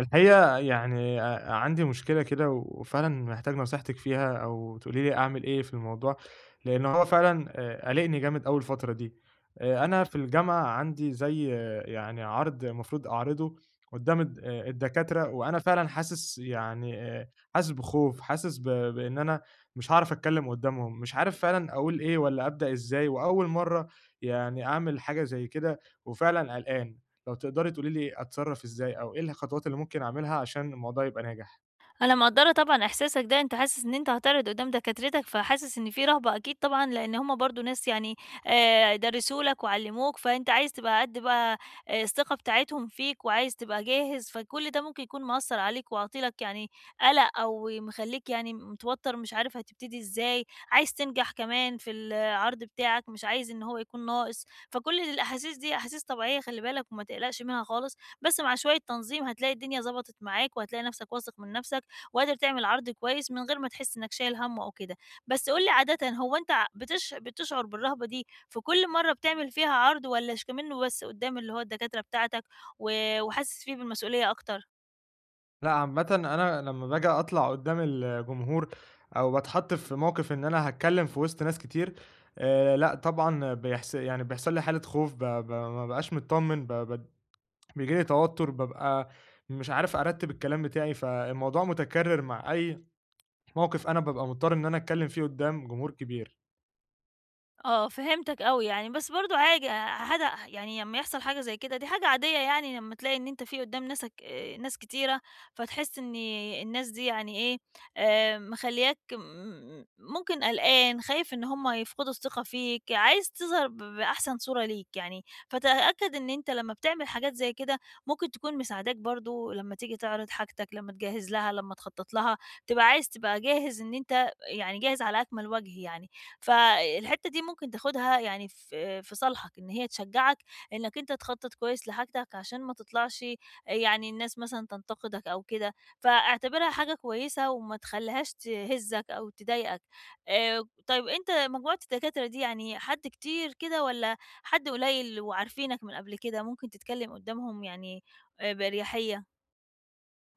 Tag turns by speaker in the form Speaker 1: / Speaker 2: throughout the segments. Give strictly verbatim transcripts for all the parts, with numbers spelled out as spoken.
Speaker 1: الحقيقة يعني آآ عندي مشكلة كده، وفعلًا محتاج نصيحتِك فيها أو تقولي لي أعمل إيه في الموضوع. لإن هو فعلًا آآ قالقني جامد أوي الفترة دي. آآ أنا في الجامعة عندي زي آه، يعني عرض المفروض أعرضه قدّام الد آآ الدكاترة، وأنا فعلًا حاسس يعني آآ حاسس بخوف، حاسس ب بإن أنا مش هاعرف أتكلّم قدّامهم، مش عارف فعلًا أقول إيه والّا أبدأ إزاي، وأول مرّة يعني أعمل حاجة زي كده، وفعلًا قلقان. لو تقدري تقولي لي أتصرّف إزاي، أو إيه الخطوات اللي ممكن أعملها عشان الموضوع يبقى ناجح؟
Speaker 2: أنا مقدّرة طبعًا إحساسك ده، أنت حاسس إن أنت هتعرض قدّام دكاترتك، فحاسس إن في رهبة أكيد طبعًا، لإن هم برضه ناس يعني آآ درسوا لك وعلّموك، فأنت عايز تبقى قد بقى آآ الثقة بتاعتهم فيك وعايز تبقى جاهز، فكل ده ممكن يكون مأثّر عليك وعاطي لك يعني قلق، أو مخلّيك يعني متوتّر مش عارف هتبتدي إزاي، عايز تنجح كمان في العرض بتاعك، مش عايز إن هو يكون ناقص. فكل الأحاسيس دي أحاسيس طبيعية، خلّي بالك وما تقلقش منها خالص، بس مع شوية تنظيم هتلاقي الدنيا ضبطت معاك، وهتلاقي نَفْسك واثق من نَفْسك وقادر تعمل عرض كويس من غير ما تحس إنك شايل همه أو كده. بس قُل لي عادةً، هو أنت ع بتش بتشعر بالرهبة دي في كل مرّة بتعمل فيها عرض، والّا ش كمنّه بس قدّام اللي هو الدكاترة بتاعتك، و وحاسس فيه بالمسؤولية أكتر؟
Speaker 1: لأ، عامةً أنا لمّا باجي أطلع قدّام الجمهور أو باتحط في موقف إن أنا هاتكلّم في وسط ناس كتير، آآ لأ طبعًا بيحس يعني بيحصل لي حالة خوف، ب ب ما بابقاش متطمّن، ب ب بييجي لي توتر، بابقى مش عارف أرتّب الكلام بتاعي. فالموضوع متكرر مع أي موقف أنا بابقى مضطر إن أنا أتكلّم فيه قدّام جمهور كبير.
Speaker 2: آه، فهمتك أوي يعني، بس برضه عاج حاجة يعني، لمّا يحصل حاجة زي كده دي حاجة عادية، يعني لمّا تلاقي إن أنت في قدّام ناسك، آآ، ناس كتيرة، فتحس إن الناس دي يعني إيه، آآ، مخلّياك م ممكن قلقان، خايف إن هم يفقدوا الثقة فيك، عايز تظهر ب بأحسن صورة ليك يعني. فتأكد إن أنت لمّا بتعمل حاجات زي كده ممكن تكون مساعداك برضه لمّا تيجي تعرض حاجتك، لمّا تجهّز لها، لمّا تخطط لها، تبقى عايز تبقى جاهز إن أنت يعني جاهز على أكمل وجه يعني. فالحتّة دي ممكن تاخدها يعني في في صالحك، إن هي تشجّعك إنّك أنت تخطّط كويس لحاجتك عشان ما تطلعش يعني الناس مثلًا تنتقدك أو كده، فاعتبرها حاجة كويسة وما تخلّيهاش تهزّك أو تضايقك. آآ طيب، أنت مجموعة الدكاترة دي يعني حد كتير كده، والّا حد قليّل وعارفينك من قبل كده ممكن تتكلّم قُدّامهم يعني آآ بأريحيّة؟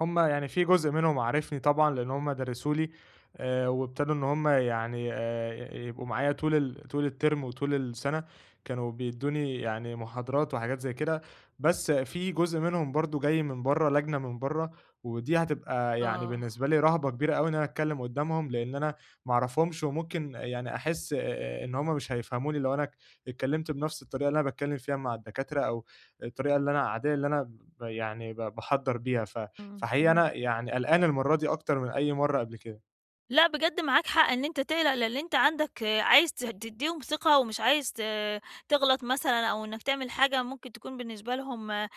Speaker 1: هم يعني في جزء منهم عارفني طبعًا، لإن هم درسوا لي، آآ، وابتدوا إن هم يعني، آآ، يبقوا معايا طول ال طول الترم وطول السنة، كانوا بيدّوني يعني محاضرات وحاجات زي كده. بس في جزء منهم برضه جاي من برّه، لجنة من برّه، ودي هتبقى يعني
Speaker 2: آه.
Speaker 1: بالنسبة لي رهبة كبيرة أوي إن أنا أتكلم قدّامهم، لإن أنا ما أعرفهمش، وممكن يعني أحس، آآ، إن هم مش هيفهموني لو أنا ك اتكلمت بنفس الطريقة اللي أنا باتكلم فيها مع الدكاترة، أو الطريقة اللي أنا العادية اللي أنا ب يعني ب باحضّر بيها. ف
Speaker 2: إمم.
Speaker 1: فحقيقي أنا يعني قلقان المرّة دي أكتر من أي مرّة قبل كده.
Speaker 2: لأ، بجد معاك حق إن أنت تقلق، لأن أنت عندك، آه، عايز ت تدّيهم ثقة، ومش عايز ت تغلط مثلًا، أو إنك تعمل حاجة ممكن تكون بالنسبة لهم، آآ،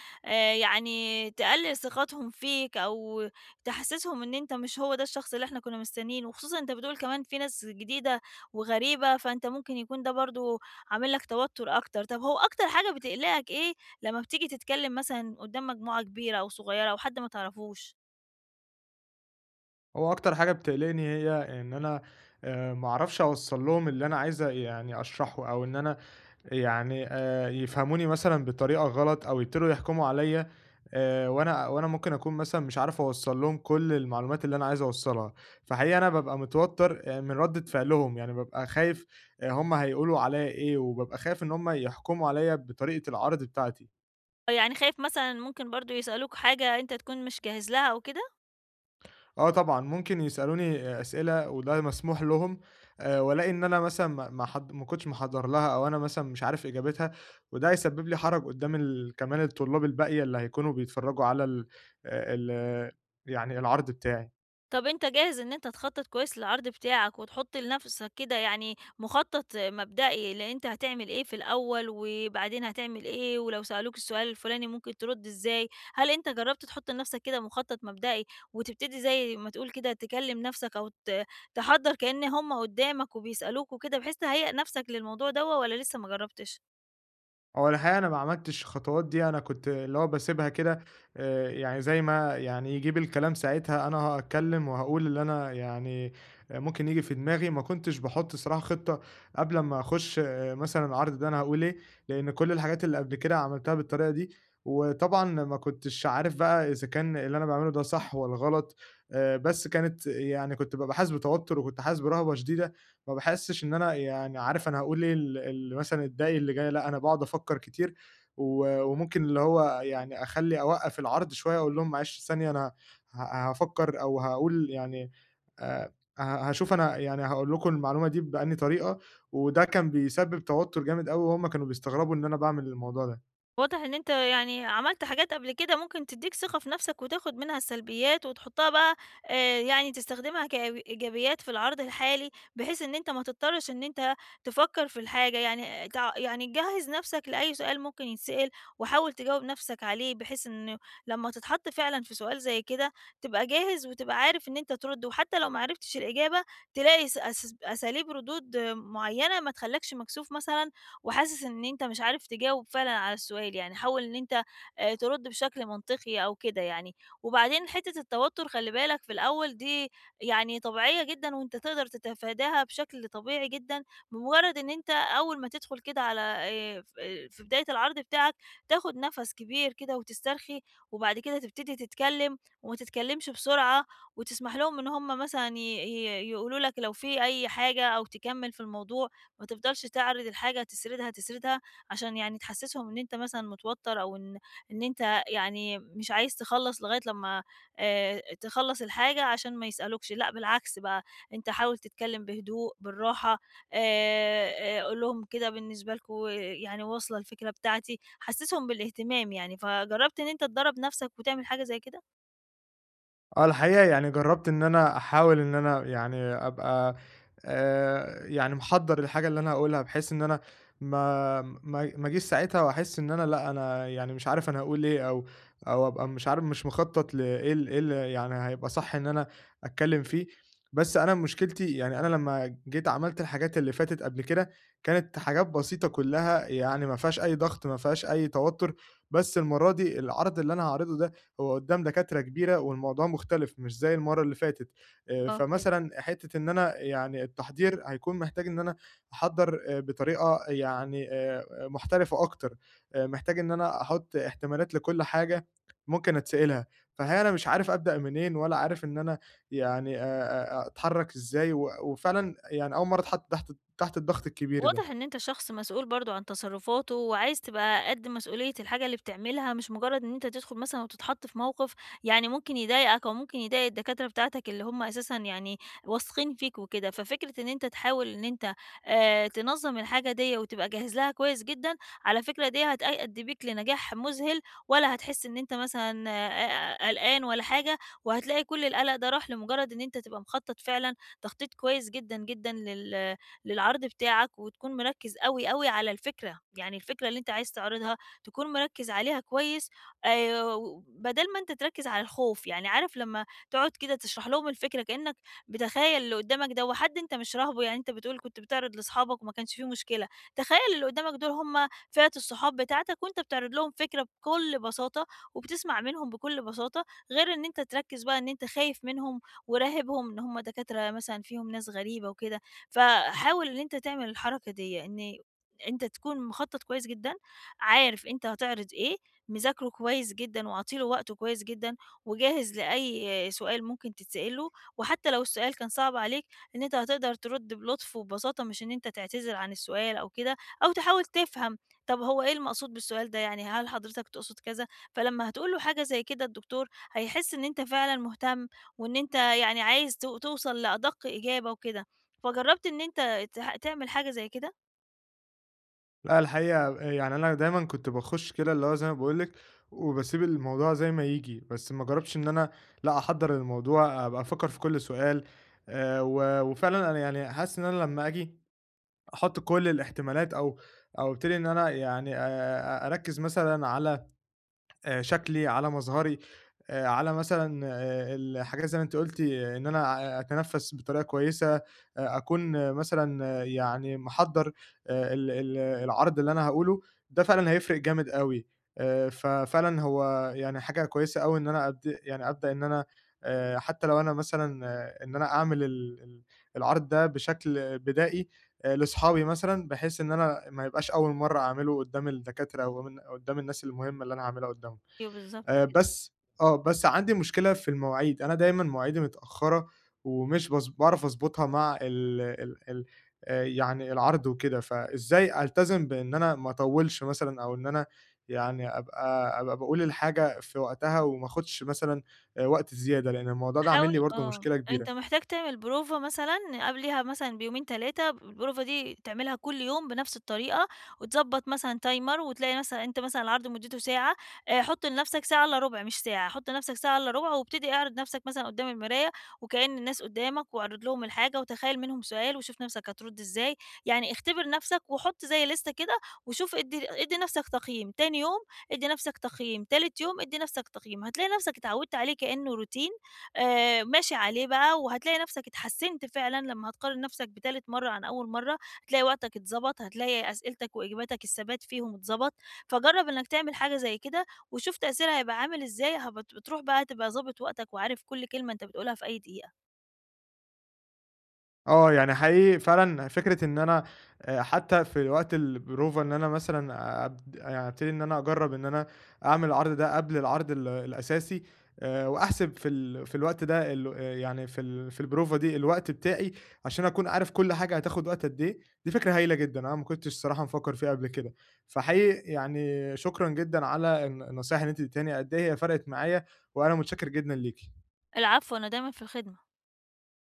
Speaker 2: يعني تقلل ثقتهم فيك، أو تحسسهم إن أنت مش هو ده الشخص اللي إحنا كنا مستنيينه، وخصوصًا أنت بتقول كمان في ناس جديدة وغريبة، فأنت ممكن يكون ده برضه عامل لك توتر أكتر. طب هو أكتر حاجة بتقلقك إيه لمّا بتيجي تتكلم مثلًا قدّام مجموعة كبيرة أو صغيرة أو حد ما تعرفوش؟
Speaker 1: هو أكتر حاجة بتقلقني هي إن أنا آآ ما أعرفش أوصّل لهم اللي أنا عايز يعني أشرحه، أو إن أنا يعني آآ يفهموني مثلًا بطريقة غلط، أو يبتدوا يحكموا عليّا، آآ وأنا وأنا ممكن أكون مثلًا مش عارف أوصّل لهم كل المعلومات اللي أنا عايز أوصّلها. فحقيقي أنا بابقى متوتّر آآ من ردّة فعلهم، يعني بابقى خايف آآ هم هيقولوا عليّا إيه، وبابقى خايف إن هم يحكموا عليّا بطريقة العَرْض بتاعتي.
Speaker 2: آه، يعني خايف مثلًا ممكن برضه يسألوك حاجة أنت تكون مش جاهز لها أو كده؟
Speaker 1: آه طبعًا، ممكن يسألوني أسئلة وده مسموح لهم، آآ وألاقي إن أنا مثلًا ما ما حض ما كنتش محضّر لها، أو أنا مثلًا مش عارف إجابتها، وده هيسبب لي حرج قدّام ال كمان الطلاب الباقية اللي هيكونوا بيتفرّجوا على ال آه، ال يعني العرض بتاعي.
Speaker 2: طَب أنت جاهز إن أنت تخطّط كويس للعرض بتاعك وتحُط لنَفْسك كده يعني مخطط مبدئي، لأ أنت هتعمل إيه في الأول، وبعدين هتعمل إيه، ولو سألوك السؤال الفُلاني ممكن ترُد إزاي؟ هل أنت جرّبت تحُط لنَفْسك كده مخطط مبدئي، وتبتدي زي ما تقول كده تكلّم نَفْسك، أو ت تحضّر كإن هم قُدّامك وبيسألوك وكده بحيث تهيّأ نَفْسك للموضوع دوّة، والّا لسه ما جرّبتش؟
Speaker 1: هو الحقيقة أنا ما عملتش الخطوات دي، أنا كنت اللي هو باسيبها كده، آآ، يعني زي ما يعني يجيب الكلام ساعتها أنا هاتكلم وهاقول اللي أنا يعني، آه، ممكن ييجي في دماغي. ما كنتش باحط الصراحة خطة قبل أمّا أخش، آه، مثلًا العرض ده أنا هاقول إيه، لإن كل الحاجات اللي قبل كده عملتها بالطريقة دي، وطبعًا ما كنتش عارف بقى إذا كان اللي أنا باعمله ده صح والّا غلط. آآ، بس كانت يعني كنت بابقى حاسس بتوتر، وكنت حاسس برهبة شديدة. ما باحسش إن أنا يعني عارف أنا هاقول إيه ال ال مثلًا الدقي اللي جاي، لأ أنا باقعد أفكّر كتير، و وممكن اللي هو يعني أخلّي أوقّف العرض شوية أقول لهم معلش ثانية. أنا ه هافكّر أو هاقول يعني، آآ ه هاشوف أنا يعني هاقول لكم المعلومة دي بأنهي طريقة. وده كان بيسبب توتر جامد أوي، وهُم كانوا بيستغربوا إن أنا باعمل الموضوع ده.
Speaker 2: واضح إن أنت يعني عملت حاجات قبل كده ممكن تدّيك ثقة في نَفْسك، وتاخُد منها السلبيات وتحُطّها بقى، آآ يعني تستخدمها كإي إيجابيات في العرض الحالي، بحيث إن أنت ما تضطرش إن أنت تفكّر في الحاجة، يعني تع يعني جهّز نَفْسك لأي سؤال ممكن يتسأل، وحاول تجاوب نَفْسك عليه، بحيث إنه لمّا تتحَط فعلًا في سؤال زي كده تبقى جاهز وتبقى عارف إن أنت ترُد، وحتّى لو ما عرفتش الإجابة تلاقي س أس أساليب ردود آه، معيّنة ما تخلّكش مكسوف مثلًا، وحاسس إن أنت مش عارف تجاوب فعلًا على السؤال، يعني حاول إن أنت آآ ترد بشكل منطقي أو كده يعني. وبعدين حتة التوتر خلّي بالك في الأول دي يعني طبيعية جدًا، وأنت تقدر تتفاداها بشكل طبيعي جدًا، بمجرد إن أنت أول ما تدخل كده على آآ ف آه، في بداية العرض بتاعك، تاخد نفس كبير كده وتسترخي، وبعد كده تبتدي تتكلم وما تتكلمش بسرعة، وتسمح لهم إن هم مثلًا ي ي يقولوا لك لو في أي حاجة أو تكمل في الموضوع. ما تفضلش تعرض الحاجة تسردها، تسردها عشان يعني تحسّسهم إن أنت مثلًا متوتّر، أو إن إن أنت يعني مش عايز تخلّص لغاية لمّا آآ تخلّص الحاجة عشان ما يسألوكش، لأ بالعكس بقى، أنت حاول تتكلّم بهدوء، بالراحة، آآ قُل لهم كده بالنسبة لكم يعني واصلة الفكرة بتاعتي، حسّسهم بالاهتمام يعني. فجرّبت إن أنت تدرّب نَفْسك وتعمل حاجة زي كده؟
Speaker 1: آه، الحقيقة يعني جرّبت إن أنا أحاول إن أنا يعني أبقى، آآ، يعني محضّر الحاجة اللي أنا هاقولها، بحيث إن أنا ما ما ما أجيش ساعتها وأحس إن أنا لأ، أنا يعني مش عارف أنا هاقول إيه، أو أو أبقى مش عارف مش مخطّط لإيه ال إيه اللي يعني هيبقى صح إن أنا أتكلّم فيه. بس أنا مشكلتي، يعني أنا لمّا جيت عملت الحاجات اللي فاتت قبل كده، كانت حاجات بسيطة كلّها، يعني ما فيهاش أي ضغط، ما فيهاش أي توتُّر. بس المرّة دي العرض اللي أنا هاعرضه ده هو قدّام دكاترة كبيرة، والموضوع مختلف مش زي المَرّة اللي فاتت. آآ،
Speaker 2: آه، فهمت.
Speaker 1: فمثلًا حتّة إن أنا يعني التحضير هيكون محتاج إن أنا أحضّر، آآ، بطريقة يعني آآ، محترفة أكتر. آآ، محتاج إن أنا أحُط احتمالات لكل حاجة ممكن أتسألها. فهي أنا مش عارف أبدأ منين، ولا عارف إن أنا يعني، آآ، أ أتحرّك إزاي، و وفعلًا يعني أول مرّة أتحط تحت تحت الضغط الكبير ده.
Speaker 2: واضح إن أنت شخص مسؤول برضه عن تصرفاته، وعايز تبقى قد مسؤولية الحاجة اللي بتعملها، مش مجرد إن أنت تدخل مثلًا وتتحط في موقف يعني ممكن يضايقك، أو ممكن يضايق الدكاترة بتاعتك اللي هم أساسًا يعني واثقين فيك وكده. ففكرة إن أنت تحاول إن أنت آآ تنظّم الحاجة ديّة وتبقى جاهز لها كويس جدًا، على فكرة دي هتأدي بيك لنجاح مذهل، ولا هتحس إن أنت مثلًا آآ قلقان ولا حاجة، وهتلاقي كل القلق ده راح لمجرد إن أنت تبقى مخطط فعلًا تخطيط كويس جدًا، جدًا لل للعرض بتاعك، وتكون مركز أوي، أوي على الفكرة، يعني الفكرة اللي أنت عايز تعرضها تكون مركز عليها كويس، آآ، بدل ما أنت تركز على الخوف، يعني عارف لمّا تقعد كده تشرح لهم الفكرة كأنك بتخيّل اللي قدامك ده، وحد أنت مش راهبه، يعني أنت بتقول كنت بتعرض لاصحابك وما كانش في مشكلة، تخيّل اللي قدامك دول هم فئة الصحاب بتاعتك وأنت بتعرض لهم فكرة بكل بساطة، وبتسمع منهم بكل بساطة، غير إن أنت تركز بقى إن أنت خايف منهم وراهبهم إن هم دكاترة مثلًا فيهم ناس غريبة وكده. فحاول إن أنت تعمل الحركة ديّة، إن أنت تكون مخطط كويس جدًا، عارف أنت هتعرض إيه، مذاكره كويس جدًا وعاطي له وقته كويس جدًا، وجاهز لأي سؤال ممكن تتسأل له، وحتى لو السؤال كان صعب عليك إن أنت هتقدر ترد بلطف وببساطة، مش إن أنت تعتذر عن السؤال أو كده، أو تحاول تفهم طب هو إيه المقصود بالسؤال ده يعني، هل حضرتك تقصد كذا؟ فلما هتقول له حاجة زي كده الدكتور هيحس إن أنت فعلًا مهتم، وإن أنت يعني عايز تو توصل لأدق إجابة وكده. فجرّبت إن أنت تح تعمل حاجة زي كده؟
Speaker 1: لأ، الحقيقة يعني أنا دايمًا كنت باخش كده اللي هو زي ما باقول لِك، وباسيب الموضوع زي ما ييجي. بس ما جربتش إن أنا، لأ، أحضّر الموضوع، أبقى أفكّر في كل سؤال. آآ و وفعلًا أنا يعني حاسس إن أنا لمّا آجي أحط كل الاحتمالات، أو أو أبتدي إن أنا يعني آآ أركّز مثلًا على آآ شكلي، على مظهري، آآ على مثلًا آآ الحاجات زي ما أنتِ قُلتِ إن أنا ع أتنفّس بطريقة كويسة، آآ أكون، آه، مثلًا، آه، يعني محضّر آآ ال ال العرض اللي أنا هاقوله، ده فعلًا هيفرق جامد أوي. آآ ففعلًا هو يعني حاجة كويسة أوي إن أنا أبد يعني أبدأ إن أنا، آآ حتى لو أنا مثلًا، آه، إن أنا أعمل ال ال العرض ده بشكل بدائي آآ لأصحابي مثلًا، بحيث إن أنا ما يبقاش أول مرّة أعمله قدّام الدكاترة أو من قدّام الناس المهمة اللي أنا هاعملها قدّامهم.
Speaker 2: أيوه بالضبط.
Speaker 1: آآ بس آه، بس عندي مشكلة في المواعيد، أنا دايمًا مواعيدي متأخّرة، ومش باض باعرف أضبطها مع ال ال ال آآ يعني العرض وكده، فإزاي ألتزم بإن أنا ما أطوّلش مثلًا، أو إن أنا يعني أبقى أبقى باقول الحاجة في وقتها، وما آخُدش مثلًا آآ وقت زيادة، لإن الموضوع ده عامل
Speaker 2: حاول،
Speaker 1: لي برضه
Speaker 2: آه،
Speaker 1: مشكلة
Speaker 2: أنت
Speaker 1: كبيرة.
Speaker 2: محتاج تعمل بروفة مثلًا قبليها مثلًا بيومين ثلاثة، البروفة دي تعملها كل يوم بنفس الطريقة، وتضبّط مثلًا تايمر، وتلاقي مثلًا أنت مثلًا العرض مدته ساعة، آآ، حُط لنفسك ساعة إلا ربع مش ساعة، حُط لنفسك ساعة إلا ربع وابتدي اعرض نفسك مثلًا قدّام المراية، وكأن الناس قدّامك واعرض لهم الحاجة وتخيّل منهم سؤال وشوف نفسك هترد إزاي، يعني اختبر نفسك وحُط زي ليستة كده وشوف ادّي ادّي نفسك تقييم، تاني يوم ادّي نفسك تقييم، تالت يوم ادّي نفسك تقييم، هتلاقي نفسك اتعودت عليه كأنه روتين آآ ماشي عليه بقى، وهتلاقي نَفْسك اتحسِّنت فعلًا لمّا هتقارن نَفْسك بتالت مرّة عن أول مرّة، هتلاقي وقتك اتضبط، هتلاقي أسئلتك وإجاباتك الثبات فيهم اتضبط. فجرّب إنّك تعمل حاجة زي كده وشوف تأثيرها هيبقى عامل إزاي، هبت بتروح بقى تبقى ضابط وقتك وعارف كل كلمة أنت بتقولها في أي دقيقة.
Speaker 1: آه، يعني حقيقي فعلًا فكرة إن أنا، آآ، حتى في وقت البروفة إن أنا مثلًا أبد يعني أبتدي إن أنا أجرّب إن أنا أعمل العرض ده قبل العرض ال الأساسي، آآ، وأحسب في ال في الوقت ده ال آه، يعني في ال في البروفة دي الوقت بتاعي، عشان أكون عارف كل حاجة هتاخد وقت قد إيه. دي فكرة هايلة جدًا، أنا ما كنتش الصراحة مفكّر فيها قبل كده. فحقيقي يعني شكرًا جدًا على الن النصايح اللي أنتِ اديتيهاني، قد إيه هي فرقِت معايا، وأنا متشكر جدًا ليكِ.
Speaker 2: العفو، أنا دايمًا في الخدمة.